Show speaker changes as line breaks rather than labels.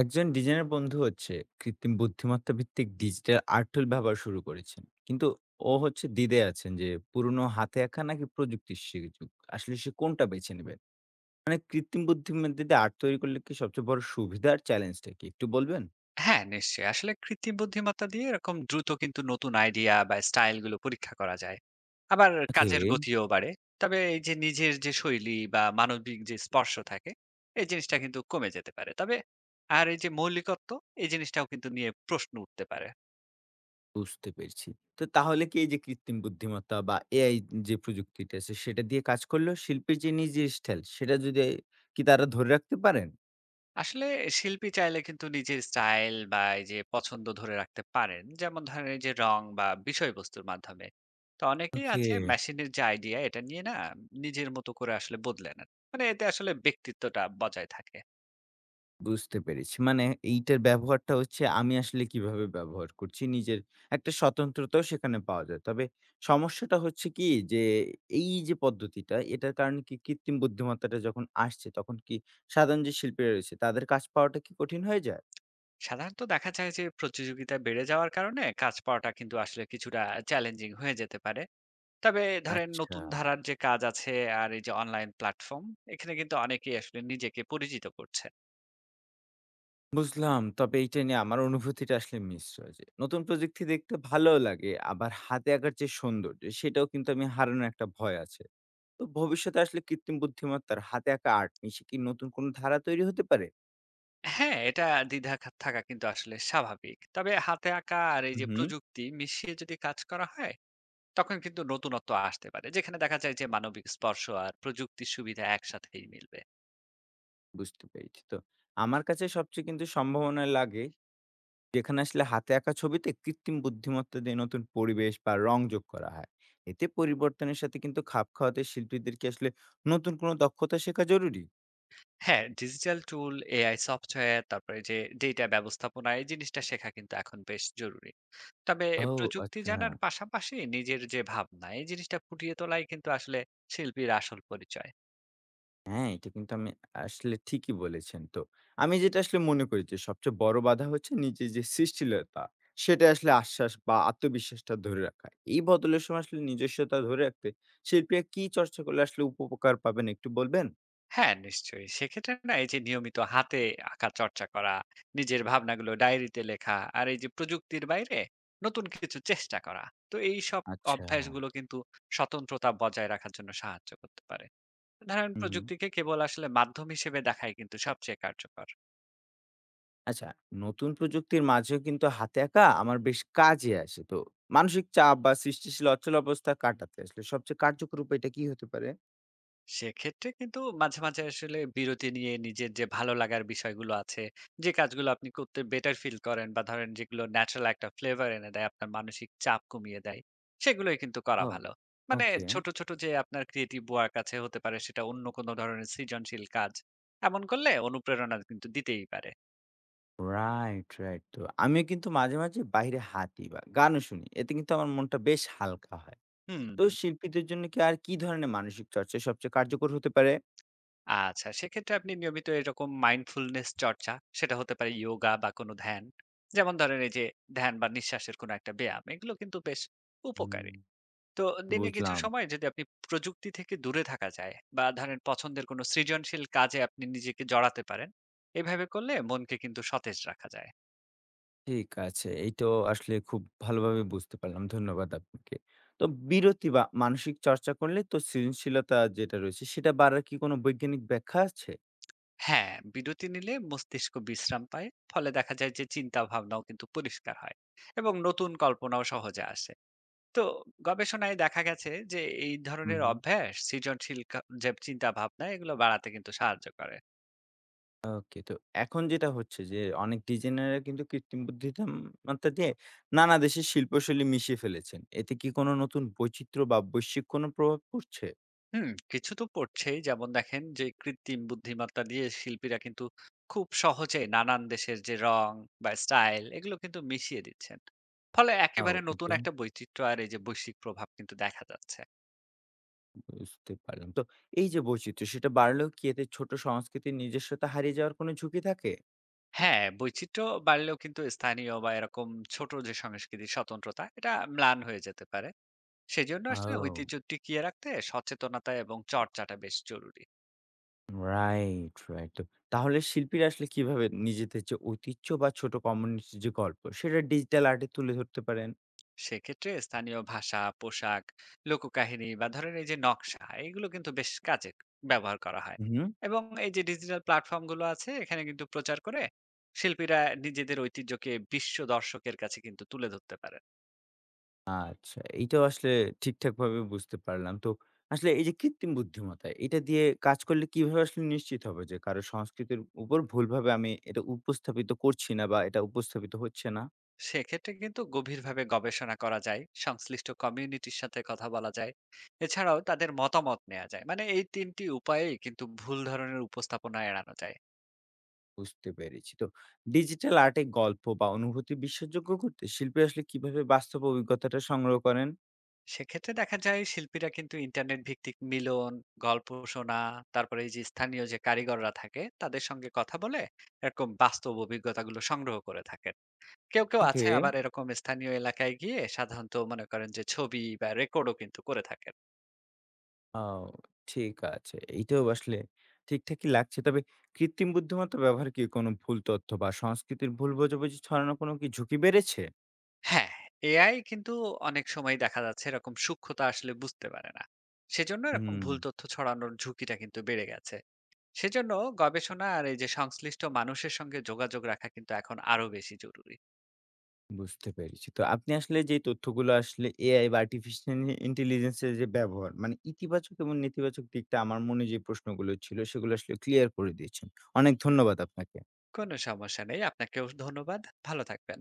একজন ডিজাইনার বন্ধু হচ্ছে কৃত্রিম বুদ্ধিমত্তা ভিত্তিক ডিজিটাল আর্ট টুল ব্যবহার শুরু করেছেন কিন্তু ও হচ্ছে দ্বিধে আছেন যে পুরনো হাতে আঁকা নাকি প্রযুক্তির সুযোগ আসলে সে কোনটা বেছে নেবেন। মানে কৃত্রিম বুদ্ধিমত্তা দিয়ে আর্ট তৈরি করলে কি সবচেয়ে বড় সুবিধা আর চ্যালেঞ্জটা কি একটু বলবেন?
হ্যাঁ, নিশ্চয়ই। আসলে কৃত্রিম বুদ্ধিমত্তা দিয়ে এরকম দ্রুত কিন্তু নতুন আইডিয়া বা স্টাইল গুলো পরীক্ষা করা যায়। আবার
ওকে,
কাজের গতিও বাড়ে। তবে এই যে নিজের যে শৈলী বা মানবিক যে স্পর্শ থাকে, এই জিনিসটা কিন্তু কমে যেতে পারে। তবে আর এই যে মৌলিকত্ব, এই জিনিসটাও কিন্তু নিয়ে প্রশ্ন উঠতে পারে।
বুঝতে পেরেছি। তো তাহলে কি এই যে কৃত্রিম বুদ্ধিমত্তা বা এআই যে প্রযুক্তিটা আছে সেটা দিয়ে কাজ করলেও শিল্পীর যে নিজের স্টাইল সেটা যদি কি তারা ধরে রাখতে পারেন?
আসলে শিল্পী চাইলে কিন্তু নিজের স্টাইল বা এই যে পছন্দ ধরে রাখতে পারেন, যেমন ধরেন এই যে রং বা বিষয়বস্তুর মাধ্যমে। তো অনেকেই
ওকে,
আছে মেশিনের যে আইডিয়া এটা নিয়ে না নিজের মতো করে আসলে বদলে নেন, মানে এতে আসলে ব্যক্তিত্বটা বজায় থাকে।
বুঝতে পেরেছি। মানে এইটার ব্যবহারটা হচ্ছে আমি আসলে কিভাবে ব্যবহার করছি নিজের একটা স্বতন্ত্রতাও সেখানে পাওয়া যায়। তবে সমস্যাটা হচ্ছে কি যে এই যে পদ্ধতিটা এটার কারণে কি কৃত্রিম বুদ্ধিমত্তাটা যখন আসছে তখন কি সাধারণ যে শিল্পীরা রয়েছে তাদের কাজ পাওয়াটা কি কঠিন হয়ে যায়?
সাধারণত দেখা যায় যে প্রতিযোগিতা বেড়ে যাওয়ার কারণে কাজ পাওয়াটা কিন্তু আসলে কিছুটা চ্যালেঞ্জিং হয়ে যেতে পারে। তবে ধরেন
আচ্ছা,
নতুন ধারার যে কাজ আছে আর এই যে অনলাইন প্ল্যাটফর্ম, এখানে কিন্তু অনেকেই আসলে নিজেকে পরিচিত করছে।
বুঝলাম। তবে এইটা নিয়ে আমার অনুভূতিটা আসলে মিশ্র যে নতুন প্রযুক্তি দেখতে ভালোও লাগে আবার হাতে আঁকার যে সৌন্দর্য সেটাও কিন্তু আমি হারানোর একটা ভয় আছে। তো ভবিষ্যতে আসলে কৃত্রিম বুদ্ধিমত্তার হাতে আঁকা আর্ট নিয়ে কি নতুন কোনো ধারা তৈরি হতে পারে?
হ্যাঁ, এটা দ্বিধা থাকা কিন্তু আসলে স্বাভাবিক। তবে হাতে আঁকা আর এই যে
হুম,
প্রযুক্তি মিশিয়ে যদি কাজ করা হয়, তখন কিন্তু নতুনত্ব আসতে পারে। যেখানে দেখা যায় যে মানবিক স্পর্শ আর প্রযুক্তির সুবিধা একসাথেই মিলবে।
বুঝতে পেরেছি। তো আমার কাছে সবচেয়ে কিন্তু সম্ভাবনা লাগে যেখানে আসলে হাতে আঁকা ছবিতে কৃত্রিম বুদ্ধিমত্তা দিয়ে নতুন পরিবেশ বা রং যোগ করা হয়। এতে পরিবর্তনের সাথে কিন্তু খাপ খাওয়াতে শিল্পীদের কি আসলে নতুন কোনো দক্ষতা শেখা জরুরি?
হ্যাঁ, ডিজিটাল টুল, এআই সফটওয়্যার, তারপরে যে ডেটা ব্যবস্থাপনা এই জিনিসটা শেখা কিন্তু এখন বেশ জরুরি। তবে
ও,
প্রযুক্তি
আচ্ছা।
জানার পাশাপাশি নিজের যে ভাবনা এই জিনিসটা ফুটিয়ে তোলাই কিন্তু আসলে শিল্পীর আসল পরিচয়।
হ্যাঁ, এটা কিন্তু আমি আসলে ঠিকই বলেছেন। তো আমি যেটা আসলে মনে করি যে সবচেয়ে বড় বাধা হচ্ছে নিজের যে সৃষ্টিলতা, সেটা আসলে আশ্বাস বা আত্মবিশ্বাসটা ধরে রাখা। এই বদলের সময় আসলে নিজস্বতা ধরে রাখতে শিল্পীরা কি চর্চা করলে আসলে উপকার পাবেন একটু বলবেন?
হ্যাঁ, নিশ্চয়ই। সেক্ষেত্রে না এই যে নিয়মিত হাতে আঁকা চর্চা করা, নিজের ভাবনাগুলো ডায়েরিতে লেখা আর এই যে প্রযুক্তির বাইরে নতুন কিছু চেষ্টা করা। তো এইসব
আচ্ছা।
অভ্যাসগুলো কিন্তু স্বতন্ত্রতা বজায় রাখার জন্য সাহায্য করতে পারে। ধরেন
হুম।
প্রযুক্তিকে কেবল আসলে মাধ্যম হিসেবে দেখাই কিন্তু সবচেয়ে কার্যকর।
আচ্ছা, নতুন প্রযুক্তির মাঝেও কিন্তু হাতে আঁকা আমার বেশ কাজে আসে। তো মানসিক চাপ বা সৃষ্টিশীল অচল অবস্থা কাটাতে আসলে সবচেয়ে কার্যকর উপায়টা কি হতে পারে?
সেক্ষেত্রে কিন্তু মাঝে, মাঝে আসলে বিরতি নিয়ে নিজের যে ভালো লাগার বিষয়গুলো আছে, যে কাজগুলো আপনি করতে বেটার ফিল করেন বা ধরেন যেগুলো ন্যাচারাল একটা ফ্লেভার এনে দেয়, আপনার মানসিক চাপ কমিয়ে দেয়, সেগুলোই কিন্তু করা
ও,
ভালো। মানে
ওকে।
ছোট, ছোট যে আপনার ক্রিয়েটিভ ওয়ার্ক আছে, হতে পারে সেটা অন্য কোনো ধরনের সৃজনশীল কাজ। এমন করলে অনুপ্রেরণা কিন্তু দিতেই পারে।
Right, right. তো আমিও কিন্তু মাঝে, মাঝে বাইরে হাঁটি বা গানও শুনি। এতে কিন্তু আমার মনটা বেশ হালকা হয়।
হুম।
তো শিল্পীদের জন্য কি আর কি ধরনের মানসিক চর্চা সবচেয়ে কার্যকর হতে পারে?
আচ্ছা, সেক্ষেত্রে আপনি নিয়মিত এরকম মাইন্ডফুলনেস চর্চা, সেটা হতে পারে ইয়োগা বা কোনো ধ্যান। যেমন ধরেন এই যে ধ্যান বা নিঃশ্বাসের কোনো একটা ব্যায়াম, এগুলো কিন্তু বেশ
হুম,
উপকারী। তো দিনে কিছু
বুঝলাম।
সময় যদি আপনি প্রযুক্তি থেকে দূরে থাকা যায় বা ধরেন পছন্দের কোনো সৃজনশীল কাজে আপনি নিজেকে জড়াতে পারেন, এভাবে করলে মনকে কিন্তু সতেজ রাখা যায়।
ঠিক আছে। এই তো আসলে খুব ভালোভাবে বুঝতে পারলাম। ধন্যবাদ আপনাকে। তো বিরতি বা মানসিক চর্চা করলে তো সৃজনশীলতা যেটা রয়েছে সেটা বাড়ার কি কোনো বৈজ্ঞানিক ব্যাখ্যা আছে?
হ্যাঁ, বিরতি নিলে মস্তিষ্ক বিশ্রাম পায়, ফলে দেখা যায় যে চিন্তা ভাবনাও কিন্তু পরিষ্কার হয় এবং নতুন কল্পনাও সহজে আসে। তো গবেষণায় দেখা গেছে যে এই ধরনের
হুম।
অভ্যাস সৃজনশীল যে চিন্তা ভাবনা এগুলো বাড়াতে কিন্তু সাহায্য করে।
ওকে। তো এখন যেটা হচ্ছে যে অনেক ডিজাইনাররা কিন্তু কৃত্রিম বুদ্ধিমত্তা দিয়ে নানা দেশের শিল্পশৈলী মিশিয়ে ফেলেছেন। এতে কি কোনো নতুন বৈচিত্র্য বা বৈশ্বিক কোনো প্রভাব পড়ছে?
হুম, কিছু তো পড়ছেই। যেমন দেখেন যে কৃত্রিম বুদ্ধিমত্তা দিয়ে শিল্পীরা কিন্তু খুব সহজে নানান দেশের যে রং বা স্টাইল এগুলো কিন্তু মিশিয়ে দিচ্ছেন, ফলে
আও
একেবারে নতুন
ওকে,
একটা বৈচিত্র্য আর এই যে বৈশ্বিক প্রভাব কিন্তু দেখা যাচ্ছে।
বুঝতে পারলাম। তো এই যে বৈচিত্র্য সেটা বাড়লেও কি এতে ছোট সংস্কৃতির নিজস্বতা হারিয়ে যাওয়ার কোনো ঝুঁকি থাকে?
হ্যাঁ, বৈচিত্র্য বাড়লেও কিন্তু স্থানীয় বা এরকম ছোট যে সংস্কৃতির স্বতন্ত্রতা, এটা ম্লান হয়ে যেতে পারে। সেজন্য আসলে
ও,
ঐতিহ্য টিকিয়ে রাখতে সচেতনতা এবং চর্চাটা বেশ জরুরি।
Right, right. তো তাহলে শিল্পীরা আসলে কিভাবে নিজেদের যে ঐতিহ্য বা ছোট কমিউনিটির যে গল্প সেটা ডিজিটাল আর্টে তুলে ধরতে পারেন?
সেক্ষেত্রে স্থানীয় ভাষা, পোশাক, লোককাহিনী বা ধরেন এই যে নকশা এগুলো কিন্তু বেশ কাজে ব্যবহার করা হয়।
উহু।
এবং এই যে ডিজিটাল প্ল্যাটফর্ম গুলো আছে, এখানে কিন্তু প্রচার করে শিল্পীরা নিজেদের ঐতিহ্যকে বিশ্ব দর্শকের কাছে কিন্তু তুলে ধরতে পারেন।
আচ্ছা, এইটাও আসলে ঠিকঠাকভাবে বুঝতে পারলাম। তো আসলে এই যে কৃত্রিম বুদ্ধিমত্তা, এটা দিয়ে কাজ করলে কিভাবে আসলে নিশ্চিত হব যে কারো সংস্কৃতির উপর ভুলভাবে আমি এটা উপস্থাপিত করছি না বা এটা উপস্থাপিত হচ্ছে না?
সেক্ষেত্রে কিন্তু গভীরভাবে গবেষণা করা যায়, সংশ্লিষ্ট কমিউনিটির সাথে কথা বলা যায়, এছাড়াও তাদের মতামত নেওয়া যায়। মানে এই তিনটি উপায়ে কিন্তু ভুল ধরনের উপস্থাপনা এড়ানো যায়।
বুঝতে পেরেছি। তো ডিজিটাল আর্টে গল্প বা অনুভূতি বিশ্বাসযোগ্য করতে শিল্পী আসলে কিভাবে বাস্তব অভিজ্ঞতাটা সংগ্রহ করেন?
সেক্ষেত্রে দেখা যায় শিল্পীরা কিন্তু ইন্টারনেট ভিত্তিক মিলন, গল্প শোনা, তারপরে এই যে স্থানীয় যে কারিগররা থাকে তাদের সঙ্গে কথা বলে এরকম বাস্তব অভিজ্ঞতাগুলো সংগ্রহ করে থাকেন। কেউ কেউ
ওকে।
আছে আবার এরকম স্থানীয় এলাকায় গিয়ে সাধারণত মনে করেন যে ছবি বা রেকর্ডও কিন্তু করে থাকেন।
ও, ঠিক আছে। এইটাও আসলে ঠিকঠাকই লাগছে। তবে কৃত্রিম বুদ্ধিমত্তা ব্যবহার কি কোনো ভুল তথ্য বা সংস্কৃতির ভুল বোঝাবুঝি ছড়ানোর কোনো কি ঝুঁকি বেড়েছে?
হ্যাঁ, এআই কিন্তু অনেক সময় দেখা যাচ্ছে এরকম সূক্ষ্মতা আসলে বুঝতে পারে না। সেজন্য এরকম
হুম,
ভুল তথ্য ছড়ানোর ঝুঁকিটা কিন্তু বেড়ে গেছে। সেজন্য গবেষণা আর এই যে সংশ্লিষ্ট মানুষের সঙ্গে যোগাযোগ রাখা কিন্তু এখন আরো বেশি জরুরি।
বুঝতে পেরেছি। তো আপনি আসলে যে তথ্যগুলো আসলে এআই বা আর্টিফিশিয়াল ইন্টেলিজেন্স এর যে ব্যবহার, মানে ইতিবাচক এবং নেতিবাচক দিকটা আমার মনে যে প্রশ্নগুলো ছিল সেগুলো আসলে ক্লিয়ার করে দিয়েছেন। অনেক ধন্যবাদ আপনাকে।
কোনো সমস্যা নেই। আপনাকেও ধন্যবাদ। ভালো থাকবেন।